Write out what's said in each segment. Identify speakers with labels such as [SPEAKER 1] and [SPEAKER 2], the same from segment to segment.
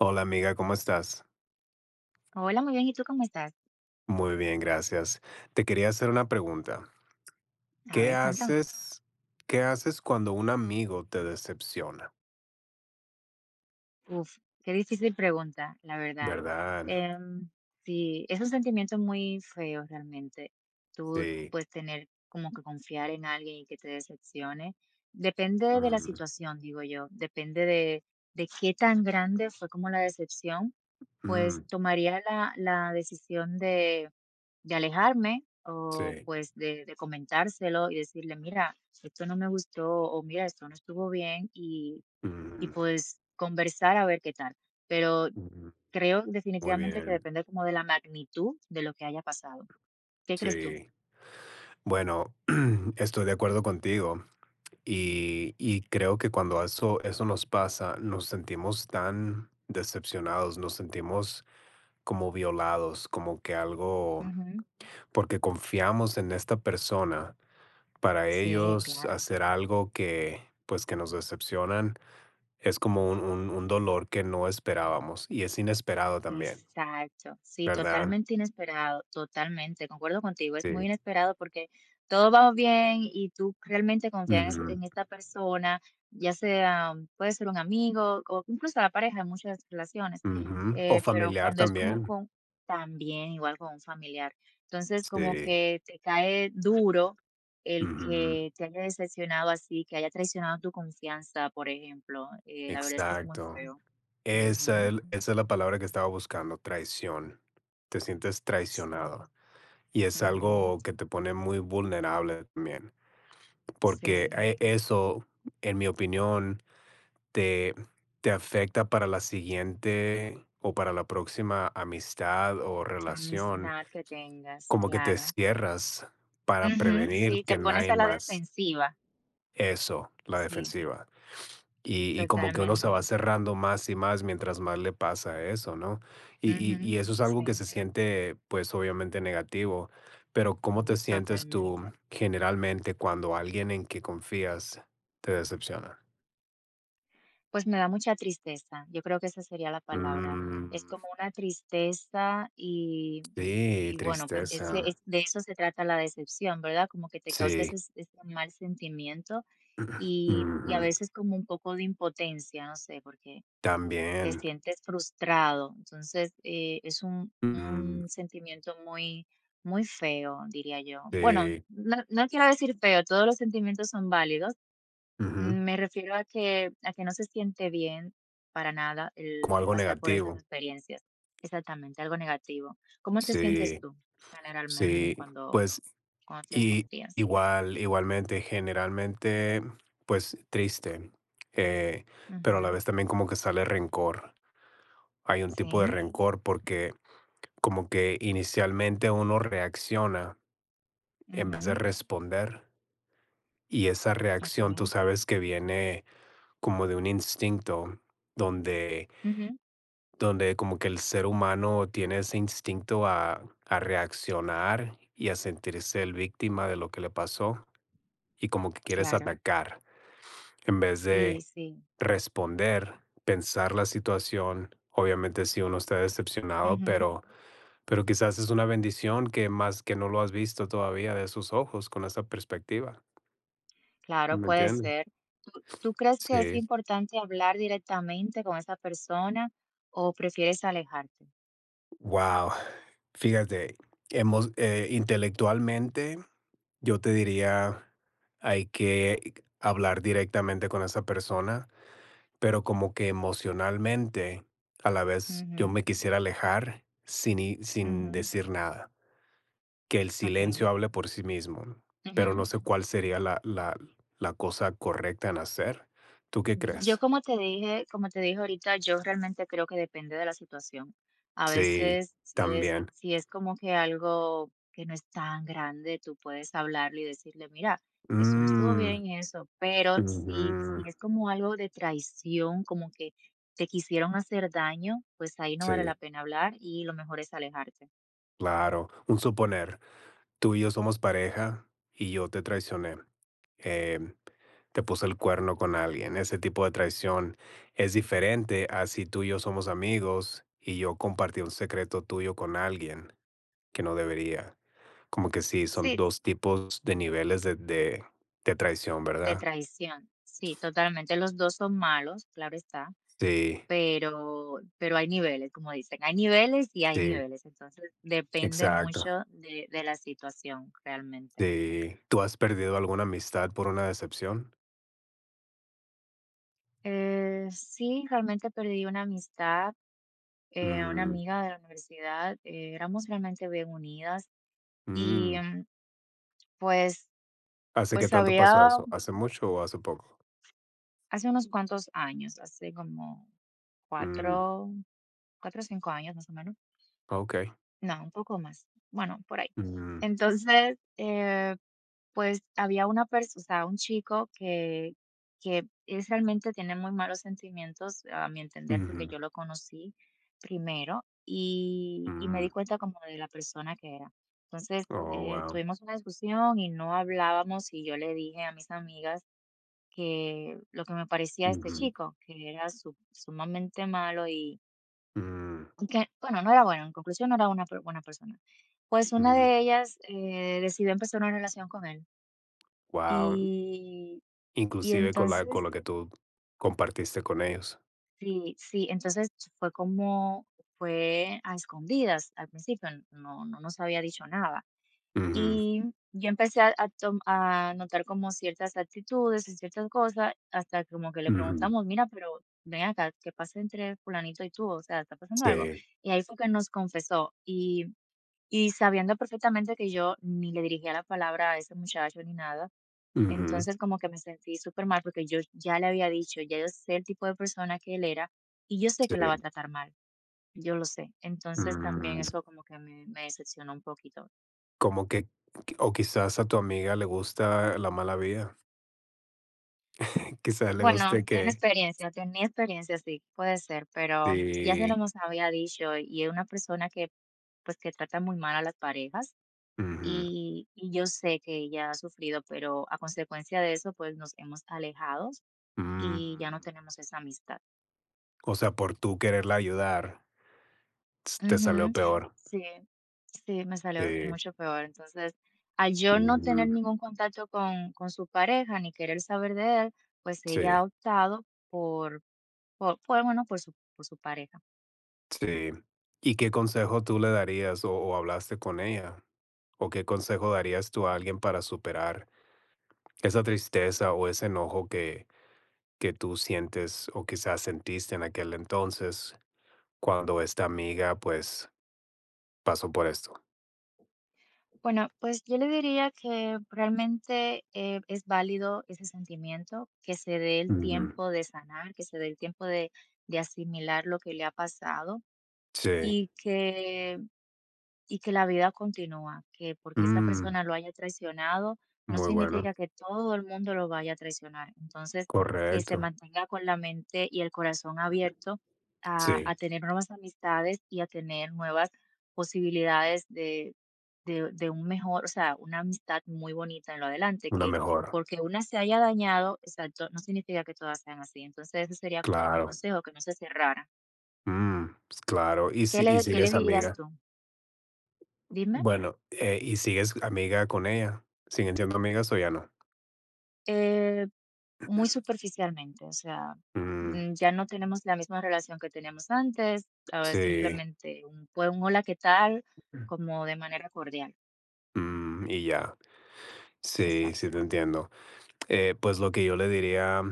[SPEAKER 1] Hola amiga, ¿cómo estás?
[SPEAKER 2] Hola, muy bien. ¿Y tú cómo estás?
[SPEAKER 1] Muy bien, gracias. Te quería hacer una pregunta.
[SPEAKER 2] A
[SPEAKER 1] ¿Qué
[SPEAKER 2] ver, cuéntame.
[SPEAKER 1] haces qué haces cuando un amigo te decepciona?
[SPEAKER 2] Uf, qué difícil pregunta, la verdad.
[SPEAKER 1] ¿Verdad?
[SPEAKER 2] Em, sí, es un sentimiento muy feo realmente. Tú
[SPEAKER 1] Sí.
[SPEAKER 2] puedes tener como que confiar en alguien y que te decepcione. Depende de la
[SPEAKER 1] Mm,
[SPEAKER 2] situación, digo yo. Depende de qué tan grande fue como la decepción. Pues
[SPEAKER 1] mm,
[SPEAKER 2] tomaría la decisión de alejarme o,
[SPEAKER 1] sí.
[SPEAKER 2] pues, de comentárselo y decirle: "Mira, esto no me gustó", o "Mira, esto no estuvo bien", y,
[SPEAKER 1] Mm,
[SPEAKER 2] pues, conversar a ver qué tal. Pero
[SPEAKER 1] mm,
[SPEAKER 2] creo
[SPEAKER 1] muy
[SPEAKER 2] definitivamente que
[SPEAKER 1] bien.
[SPEAKER 2] depende como de la magnitud de lo que haya pasado. ¿Qué crees tú?
[SPEAKER 1] Sí. Bueno, estoy de acuerdo contigo y y creo que cuando eso nos pasa, nos sentimos tan decepcionados, nos sentimos como violados, como que algo
[SPEAKER 2] Ujú.
[SPEAKER 1] porque confiamos en esta persona. Para
[SPEAKER 2] Sí,
[SPEAKER 1] ellos
[SPEAKER 2] claro.
[SPEAKER 1] hacer algo que, pues, que nos decepcionan es como un dolor que no esperábamos y es inesperado también,
[SPEAKER 2] Exacto, sí,
[SPEAKER 1] ¿verdad?
[SPEAKER 2] totalmente inesperado, totalmente, concuerdo contigo, es muy
[SPEAKER 1] Sí.
[SPEAKER 2] inesperado porque todo va bien y tú realmente confías en
[SPEAKER 1] Ujú,
[SPEAKER 2] en esta persona, ya sea, puede ser un amigo o incluso la pareja en muchas relaciones,
[SPEAKER 1] ujú. O
[SPEAKER 2] pero
[SPEAKER 1] familiar
[SPEAKER 2] cuando es como
[SPEAKER 1] también.
[SPEAKER 2] con, también igual con un familiar, entonces como
[SPEAKER 1] Sí.
[SPEAKER 2] que te cae duro el
[SPEAKER 1] Ujú.
[SPEAKER 2] que te haya decepcionado así, que haya traicionado tu confianza, por ejemplo, la verdad es que es muy
[SPEAKER 1] Exacto.
[SPEAKER 2] feo. Ujú.
[SPEAKER 1] Esa es la palabra que estaba buscando, traición. Te sientes
[SPEAKER 2] Sí.
[SPEAKER 1] traicionado y es
[SPEAKER 2] Ujú.
[SPEAKER 1] algo que te pone muy vulnerable también, porque,
[SPEAKER 2] Sí,
[SPEAKER 1] eso, en mi opinión, te, te afecta para la siguiente o para la próxima amistad o relación,
[SPEAKER 2] amistad que tengas,
[SPEAKER 1] como que te
[SPEAKER 2] claro.
[SPEAKER 1] cierras para
[SPEAKER 2] Ujú,
[SPEAKER 1] prevenir
[SPEAKER 2] sí, te
[SPEAKER 1] que
[SPEAKER 2] pones
[SPEAKER 1] nadie
[SPEAKER 2] a la
[SPEAKER 1] más
[SPEAKER 2] defensiva.
[SPEAKER 1] eso, la
[SPEAKER 2] Sí,
[SPEAKER 1] defensiva. Y como que uno se
[SPEAKER 2] totalmente.
[SPEAKER 1] va cerrando más y más mientras más le pasa eso, ¿no? Y, y,
[SPEAKER 2] Ujú,
[SPEAKER 1] y eso es algo
[SPEAKER 2] sí,
[SPEAKER 1] que se siente, pues obviamente negativo, pero ¿cómo te sientes tú
[SPEAKER 2] totalmente.
[SPEAKER 1] generalmente cuando alguien en que confías te decepciona?
[SPEAKER 2] Pues me da mucha tristeza. Yo creo que esa sería la palabra. Es
[SPEAKER 1] Mm,
[SPEAKER 2] como una tristeza y,
[SPEAKER 1] sí,
[SPEAKER 2] y bueno, pues ese,
[SPEAKER 1] tristeza.
[SPEAKER 2] de eso se trata la decepción, ¿verdad? Como que te causa
[SPEAKER 1] Sí.
[SPEAKER 2] ese mal sentimiento y a
[SPEAKER 1] Ujú.
[SPEAKER 2] veces como un poco de impotencia, no sé, porque te
[SPEAKER 1] También.
[SPEAKER 2] sientes frustrado. Entonces, es un,
[SPEAKER 1] Mm,
[SPEAKER 2] un sentimiento muy, muy feo, diría yo. Bueno,
[SPEAKER 1] sí.
[SPEAKER 2] no, no quiero decir feo, todos los sentimientos son válidos.
[SPEAKER 1] Ujú.
[SPEAKER 2] Me refiero a que, no se siente bien para nada el,
[SPEAKER 1] Como
[SPEAKER 2] el
[SPEAKER 1] algo
[SPEAKER 2] pasar por esas
[SPEAKER 1] negativo.
[SPEAKER 2] experiencias. Exactamente, algo negativo. ¿Cómo te sientes
[SPEAKER 1] Sí,
[SPEAKER 2] tú generalmente
[SPEAKER 1] sí.
[SPEAKER 2] cuando,
[SPEAKER 1] Pues,
[SPEAKER 2] cuando te
[SPEAKER 1] y
[SPEAKER 2] confías?
[SPEAKER 1] igualmente, generalmente, pues, triste, eh, pero a la
[SPEAKER 2] Ujú,
[SPEAKER 1] vez también como que sale rencor. Hay un tipo de
[SPEAKER 2] sí,
[SPEAKER 1] rencor porque como que inicialmente uno reacciona en vez de
[SPEAKER 2] ujú,
[SPEAKER 1] responder, y esa reacción tú
[SPEAKER 2] ok,
[SPEAKER 1] sabes que viene como de un instinto donde
[SPEAKER 2] ujú,
[SPEAKER 1] como que el ser humano tiene ese instinto a reaccionar y a sentirse el víctima de lo que le pasó y como que quieres
[SPEAKER 2] claro,
[SPEAKER 1] atacar en vez
[SPEAKER 2] sí,
[SPEAKER 1] de
[SPEAKER 2] sí.
[SPEAKER 1] responder, pensar la situación. Obviamente si uno está decepcionado, pero quizás es una bendición que más que no lo has visto todavía de sus ojos con esa perspectiva.
[SPEAKER 2] Claro,
[SPEAKER 1] ¿Me
[SPEAKER 2] puede
[SPEAKER 1] entiendes?
[SPEAKER 2] ser. ¿Tú crees que es
[SPEAKER 1] Sí.
[SPEAKER 2] importante hablar directamente con esa persona o prefieres alejarte?
[SPEAKER 1] Wow. Fíjate, hemos, intelectualmente. Yo te diría, hay que hablar directamente con esa persona, pero como que emocionalmente, a la vez yo
[SPEAKER 2] Ujú,
[SPEAKER 1] me quisiera alejar sin
[SPEAKER 2] ujú,
[SPEAKER 1] decir nada, que el
[SPEAKER 2] ok.
[SPEAKER 1] silencio hable por sí mismo, pero
[SPEAKER 2] Ujú.
[SPEAKER 1] no sé cuál sería la cosa correcta en hacer. ¿Tú qué
[SPEAKER 2] Yo
[SPEAKER 1] crees?
[SPEAKER 2] como te dije ahorita, yo realmente creo que depende de la situación. A
[SPEAKER 1] Sí,
[SPEAKER 2] veces, si es,
[SPEAKER 1] también.
[SPEAKER 2] si es como que algo que no es tan grande, tú puedes hablarle y decirle, mira, eso no estuvo
[SPEAKER 1] Mm,
[SPEAKER 2] bien, y eso, pero si, si
[SPEAKER 1] ujú.
[SPEAKER 2] es como algo de traición, como que te quisieron hacer daño, pues ahí no vale la
[SPEAKER 1] Sí,
[SPEAKER 2] pena hablar y lo mejor es alejarte.
[SPEAKER 1] claro. Un suponer, tú y yo somos pareja y yo te traicioné. Em, te puso el cuerno con alguien. Ese tipo de traición es diferente a si tú y yo somos amigos y yo compartí un secreto tuyo con alguien que no debería. Como que sí, son
[SPEAKER 2] Sí,
[SPEAKER 1] dos tipos de niveles de traición,
[SPEAKER 2] de
[SPEAKER 1] ¿verdad?
[SPEAKER 2] traición, sí, totalmente. Los dos son malos, claro está.
[SPEAKER 1] Sí,
[SPEAKER 2] Pero hay niveles, como dicen, hay niveles y hay
[SPEAKER 1] sí,
[SPEAKER 2] niveles, entonces depende
[SPEAKER 1] exacto.
[SPEAKER 2] mucho de la situación realmente.
[SPEAKER 1] Sí. ¿Tú has perdido alguna amistad por una decepción?
[SPEAKER 2] Sí, realmente perdí una amistad, una
[SPEAKER 1] Mm,
[SPEAKER 2] amiga de la universidad, éramos realmente bien unidas y,
[SPEAKER 1] mm.
[SPEAKER 2] pues
[SPEAKER 1] ¿Hace qué tanto pasó
[SPEAKER 2] había
[SPEAKER 1] eso? ¿Hace mucho o hace poco?
[SPEAKER 2] hace unos cuantos años, hace como
[SPEAKER 1] Mm,
[SPEAKER 2] cuatro o 5 años más o menos.
[SPEAKER 1] ok.
[SPEAKER 2] No, un poco más. Bueno, por ahí.
[SPEAKER 1] Mm,
[SPEAKER 2] Entonces, pues había una persona, o sea, un chico que es realmente tiene muy malos sentimientos, a mi entender, porque
[SPEAKER 1] ujú,
[SPEAKER 2] yo lo conocí primero y me di
[SPEAKER 1] mm.
[SPEAKER 2] cuenta como de la persona que era. Entonces,
[SPEAKER 1] Oh, wow.
[SPEAKER 2] tuvimos una discusión y no hablábamos y yo le dije a mis amigas que lo que me parecía este chico, que era sumamente malo
[SPEAKER 1] Wow,
[SPEAKER 2] que, bueno, no era bueno, en conclusión, no era una per buena persona. Pues una de ellas, decidió empezar una relación con él, y y
[SPEAKER 1] inclusive con la con
[SPEAKER 2] entonces
[SPEAKER 1] lo que tú compartiste con ellos.
[SPEAKER 2] sí, sí, entonces fue como fue a escondidas al principio, no nos había dicho nada.
[SPEAKER 1] Ujú,
[SPEAKER 2] Y yo empecé a notar como ciertas actitudes y ciertas cosas, hasta como que le
[SPEAKER 1] ujú.
[SPEAKER 2] preguntamos: "Mira, pero ven acá, ¿qué pasa entre fulanito y tú? O sea, ¿está pasando algo?".
[SPEAKER 1] Sí,
[SPEAKER 2] Y ahí fue que nos confesó, y sabiendo perfectamente que yo ni le dirigía la palabra a ese muchacho ni nada,
[SPEAKER 1] ujú,
[SPEAKER 2] entonces como que me sentí súper mal porque yo ya le había dicho, ya yo sé el tipo de persona que él era y yo sé que la va a
[SPEAKER 1] sí.
[SPEAKER 2] tratar mal, yo lo sé. Entonces también
[SPEAKER 1] Mm,
[SPEAKER 2] eso como que me decepcionó un poquito.
[SPEAKER 1] como que o quizás a tu amiga le gusta la mala vida. Quizás le
[SPEAKER 2] Bueno,
[SPEAKER 1] guste
[SPEAKER 2] tiene
[SPEAKER 1] que
[SPEAKER 2] experiencia, tenía experiencia, sí, puede ser, pero ya se lo
[SPEAKER 1] sí,
[SPEAKER 2] hemos había dicho y es una persona que pues que trata muy mal a las parejas
[SPEAKER 1] ujú,
[SPEAKER 2] y yo sé que ella ha sufrido, pero a consecuencia de eso pues nos hemos alejado y ya no
[SPEAKER 1] mm,
[SPEAKER 2] tenemos esa amistad.
[SPEAKER 1] o sea, por tú quererla ayudar, s te
[SPEAKER 2] Ujú,
[SPEAKER 1] salió peor.
[SPEAKER 2] sí, sí, me salió
[SPEAKER 1] Sí,
[SPEAKER 2] mucho peor. Entonces, al yo no tener
[SPEAKER 1] ujú,
[SPEAKER 2] ningún contacto con su pareja ni querer saber de él, pues ella ha
[SPEAKER 1] sí,
[SPEAKER 2] optado por por, bueno, por su pareja.
[SPEAKER 1] sí. ¿Y qué consejo tú le darías o hablaste con ella? O qué consejo darías tú a alguien para superar esa tristeza o ese enojo que tú sientes o quizás sentiste en aquel entonces cuando esta amiga pues pasó por esto?
[SPEAKER 2] Bueno, pues yo le diría que realmente, es válido ese sentimiento, que se dé el
[SPEAKER 1] Ujú.
[SPEAKER 2] tiempo de sanar, que se dé el tiempo de asimilar lo que le ha pasado
[SPEAKER 1] Sí.
[SPEAKER 2] y que y que la vida continúa, que porque esa
[SPEAKER 1] Mm,
[SPEAKER 2] persona lo haya traicionado, no
[SPEAKER 1] muy bueno,
[SPEAKER 2] significa que todo el mundo lo vaya a traicionar. Entonces, que se
[SPEAKER 1] correcto.
[SPEAKER 2] mantenga con la mente y el corazón abierto a
[SPEAKER 1] Sí,
[SPEAKER 2] tener nuevas amistades y a tener nuevas posibilidades de un mejor, o sea, una amistad muy bonita en lo adelante,
[SPEAKER 1] una
[SPEAKER 2] que
[SPEAKER 1] mejora,
[SPEAKER 2] porque una se haya dañado, exacto, no significa que todas sean así. Entonces, ese sería como mi
[SPEAKER 1] claro.
[SPEAKER 2] consejo, que no se cerrara.
[SPEAKER 1] Mm, claro, y,
[SPEAKER 2] ¿Qué
[SPEAKER 1] si, y
[SPEAKER 2] le, qué le
[SPEAKER 1] sigues
[SPEAKER 2] dirías
[SPEAKER 1] amiga.
[SPEAKER 2] tú? Dime.
[SPEAKER 1] Bueno, ¿y sigues amiga con ella? ¿Siguen siendo amigas o ya no?
[SPEAKER 2] Eh, muy superficialmente, o sea,
[SPEAKER 1] Mm,
[SPEAKER 2] ya no tenemos la misma relación que teníamos antes, ahora es
[SPEAKER 1] sí.
[SPEAKER 2] simplemente un, pues, un hola, ¿qué tal? Como de manera cordial,
[SPEAKER 1] Mm, y ya. Sí, sí
[SPEAKER 2] exacto,
[SPEAKER 1] te entiendo. Pues lo que yo le diría,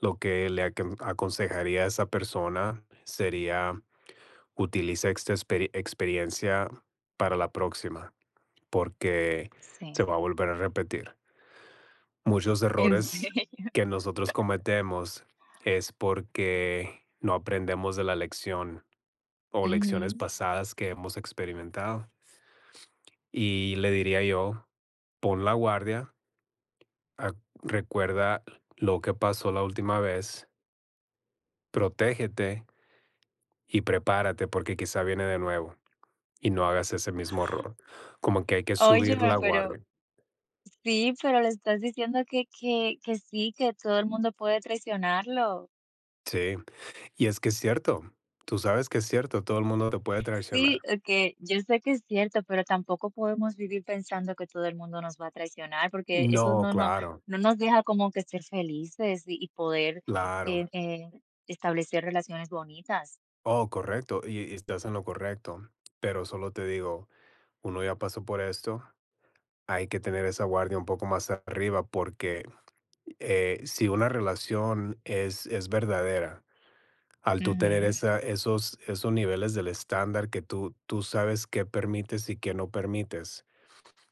[SPEAKER 1] lo que le aconsejaría a esa persona sería utiliza esta experiencia para la próxima, porque se
[SPEAKER 2] sí.
[SPEAKER 1] va a volver a repetir. Muchos
[SPEAKER 2] ¿En
[SPEAKER 1] errores
[SPEAKER 2] serio?
[SPEAKER 1] que nosotros cometemos es porque no aprendemos de la lección o
[SPEAKER 2] Ujú.
[SPEAKER 1] lecciones pasadas que hemos experimentado. Y le diría yo, pon la guardia, recuerda lo que pasó la última vez, protégete y prepárate porque quizá viene de nuevo y no hagas ese mismo error. Como que hay que subir
[SPEAKER 2] Óyeme,
[SPEAKER 1] la
[SPEAKER 2] pero
[SPEAKER 1] guardia.
[SPEAKER 2] sí, pero le estás diciendo que sí, que todo el mundo puede traicionarlo.
[SPEAKER 1] Sí, y es que es cierto, tú sabes que es cierto, todo el mundo te puede
[SPEAKER 2] Sí,
[SPEAKER 1] traicionar.
[SPEAKER 2] que yo sé que es cierto, pero tampoco podemos vivir pensando que todo el mundo nos va a traicionar, porque eso
[SPEAKER 1] No,
[SPEAKER 2] no, no,
[SPEAKER 1] claro,
[SPEAKER 2] no nos deja como que ser felices y poder eh,
[SPEAKER 1] claro.
[SPEAKER 2] eh, establecer relaciones bonitas.
[SPEAKER 1] Oh, correcto, y estás en lo correcto, pero solo te digo, uno ya pasó por esto, hay que tener esa guardia un poco más arriba porque si una relación es verdadera, al tú tener
[SPEAKER 2] Ujú,
[SPEAKER 1] esa esos niveles del estándar que tú sabes qué permites y qué no permites.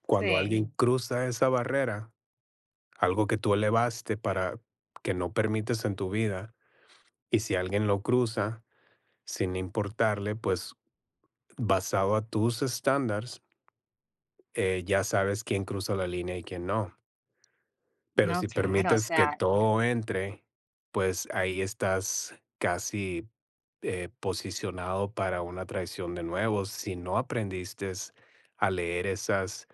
[SPEAKER 1] Cuando
[SPEAKER 2] sí,
[SPEAKER 1] alguien cruza esa barrera, algo que tú elevaste para que no permites en tu vida, y si alguien lo cruza sin importarle, pues, basado a tus estándares, ya sabes quién cruza la línea y quién no. Pero
[SPEAKER 2] no,
[SPEAKER 1] si
[SPEAKER 2] claro, o
[SPEAKER 1] permites que
[SPEAKER 2] sea,
[SPEAKER 1] todo entre, pues ahí estás casi posicionado para una traición de nuevo. Si no aprendiste a leer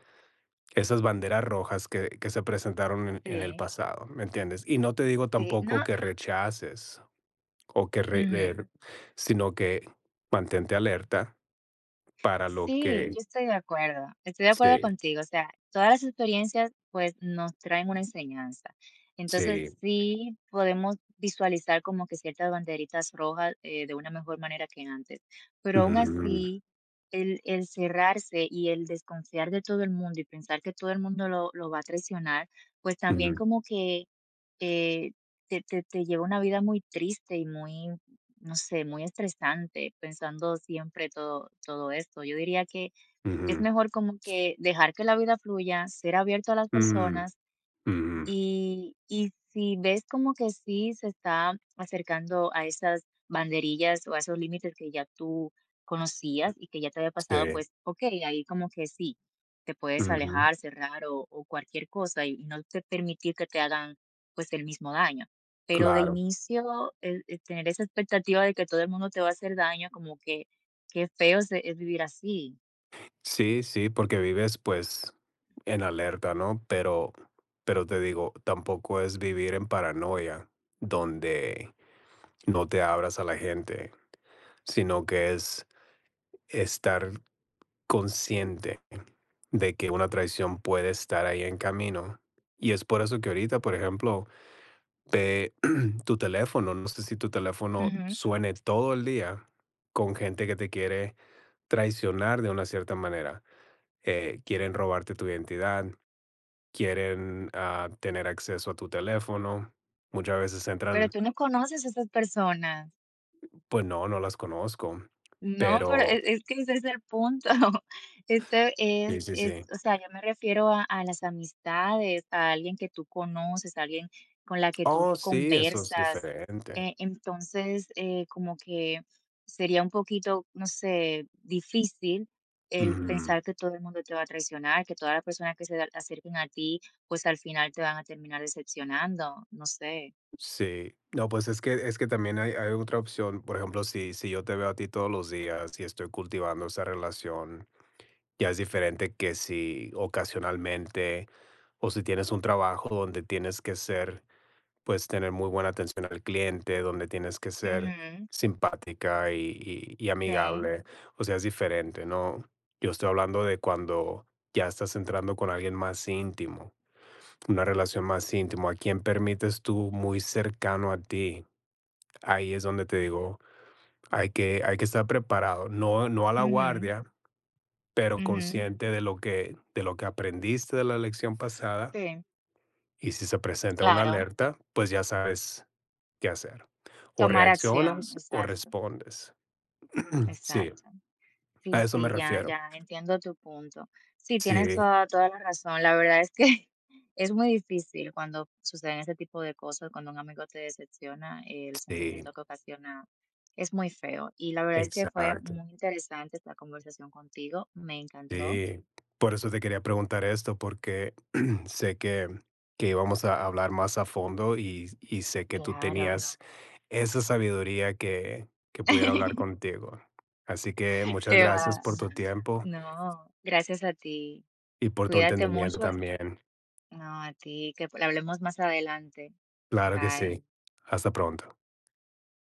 [SPEAKER 1] esas banderas rojas que se presentaron en el
[SPEAKER 2] sí,
[SPEAKER 1] pasado, ¿me entiendes? Y no te digo
[SPEAKER 2] sí,
[SPEAKER 1] tampoco
[SPEAKER 2] no,
[SPEAKER 1] que rechaces o que re-
[SPEAKER 2] ujú.
[SPEAKER 1] re- sino que mantente alerta para lo
[SPEAKER 2] Sí, yo
[SPEAKER 1] que
[SPEAKER 2] estoy de acuerdo
[SPEAKER 1] sí,
[SPEAKER 2] contigo, o sea, todas las experiencias, pues, nos traen una enseñanza. Entonces,
[SPEAKER 1] sí.
[SPEAKER 2] sí podemos visualizar como que ciertas banderitas rojas, de una mejor manera que antes, pero aún
[SPEAKER 1] ujú,
[SPEAKER 2] así, el cerrarse y el desconfiar de todo el mundo y pensar que todo el mundo lo va a traicionar, pues, también
[SPEAKER 1] ujú,
[SPEAKER 2] como que, eh, te lleva una vida muy triste y muy no sé, muy estresante pensando siempre todo esto. Yo diría que es
[SPEAKER 1] ujú,
[SPEAKER 2] mejor como que dejar que la vida fluya, ser abierto a las
[SPEAKER 1] mm,
[SPEAKER 2] personas
[SPEAKER 1] ujú,
[SPEAKER 2] y si ves como que sí se está acercando a esas banderillas o a esos límites que ya tú conocías y que ya te había pasado,
[SPEAKER 1] sí,
[SPEAKER 2] pues, okey, ahí como que sí, te puedes
[SPEAKER 1] ujú.
[SPEAKER 2] alejar, cerrar o cualquier cosa y no te permitir que te hagan, pues, el mismo daño. Pero de
[SPEAKER 1] Claro.
[SPEAKER 2] inicio, el tener esa expectativa de que todo el mundo te va a hacer daño, como que qué feo se es vivir así.
[SPEAKER 1] Sí, sí, porque vives, pues, en alerta, ¿no? Pero te digo, tampoco es vivir en paranoia, donde no te abras a la gente, sino que es estar consciente de que una traición puede estar ahí en camino. Y es por eso que ahorita, por ejemplo, ve tu teléfono, no sé si tu teléfono
[SPEAKER 2] Ujú.
[SPEAKER 1] suene todo el día con gente que te quiere traicionar de una cierta manera. Quieren robarte tu identidad, quieren tener acceso a tu teléfono. Muchas veces
[SPEAKER 2] Pero
[SPEAKER 1] entran,
[SPEAKER 2] tú no conoces a esas personas.
[SPEAKER 1] pues no, no las conozco,
[SPEAKER 2] No, pero
[SPEAKER 1] pero
[SPEAKER 2] es que ese es el punto. Este es
[SPEAKER 1] sí, sí,
[SPEAKER 2] es,
[SPEAKER 1] sí.
[SPEAKER 2] o sea, yo me refiero a las amistades, a alguien que tú conoces, a alguien con la que tú
[SPEAKER 1] Oh, sí, eso es
[SPEAKER 2] conversas.
[SPEAKER 1] diferente.
[SPEAKER 2] Entonces, como que sería un poquito, no sé, difícil el pensar
[SPEAKER 1] Ujú.
[SPEAKER 2] que todo el mundo te va a traicionar, que todas las personas que se acerquen a ti, pues al final te van a terminar decepcionando, no sé.
[SPEAKER 1] Sí, no, pues es que también hay otra opción. Por ejemplo, si yo te veo a ti todos los días y estoy cultivando esa relación, ya es diferente que si ocasionalmente o si tienes un trabajo donde tienes que ser, pues, tener muy buena atención al cliente, donde tienes que ser
[SPEAKER 2] Ujú,
[SPEAKER 1] simpática y
[SPEAKER 2] sí,
[SPEAKER 1] amigable, o sea, es diferente, ¿no? Yo estoy hablando de cuando ya estás entrando con alguien más íntimo, una relación más íntimo a quien permites tú muy cercano a ti. Ahí es donde te digo, hay que estar preparado, no a la
[SPEAKER 2] ujú,
[SPEAKER 1] guardia, pero
[SPEAKER 2] ujú,
[SPEAKER 1] consciente de lo que aprendiste de la lección pasada,
[SPEAKER 2] sí,
[SPEAKER 1] y si se presenta una
[SPEAKER 2] claro.
[SPEAKER 1] alerta, pues ya sabes qué hacer. O
[SPEAKER 2] Tomar acción,
[SPEAKER 1] reaccionas o
[SPEAKER 2] exacto,
[SPEAKER 1] respondes. Sí,
[SPEAKER 2] exacto.
[SPEAKER 1] a
[SPEAKER 2] Sí,
[SPEAKER 1] eso me
[SPEAKER 2] sí, ya,
[SPEAKER 1] refiero.
[SPEAKER 2] ya entiendo tu punto. Sí, tienes
[SPEAKER 1] Sí,
[SPEAKER 2] toda, toda la razón. La verdad es que es muy difícil cuando suceden ese tipo de cosas, cuando un amigo te decepciona, el
[SPEAKER 1] sí,
[SPEAKER 2] sentimiento que ocasiona es muy feo. Y la verdad es que fue
[SPEAKER 1] exacto.
[SPEAKER 2] muy interesante esta conversación contigo, me encantó.
[SPEAKER 1] Sí. Por eso te quería preguntar esto, porque sé que íbamos a hablar más a fondo y sé que tú
[SPEAKER 2] Claro.
[SPEAKER 1] tenías esa sabiduría que pudiera hablar contigo. Así que muchas
[SPEAKER 2] te
[SPEAKER 1] gracias
[SPEAKER 2] va.
[SPEAKER 1] por tu tiempo
[SPEAKER 2] No, gracias a ti.
[SPEAKER 1] y por tu
[SPEAKER 2] Cuídate
[SPEAKER 1] entendimiento
[SPEAKER 2] mucho.
[SPEAKER 1] también.
[SPEAKER 2] No, a ti, que hablemos más adelante.
[SPEAKER 1] Claro que
[SPEAKER 2] Bye.
[SPEAKER 1] sí. Hasta pronto.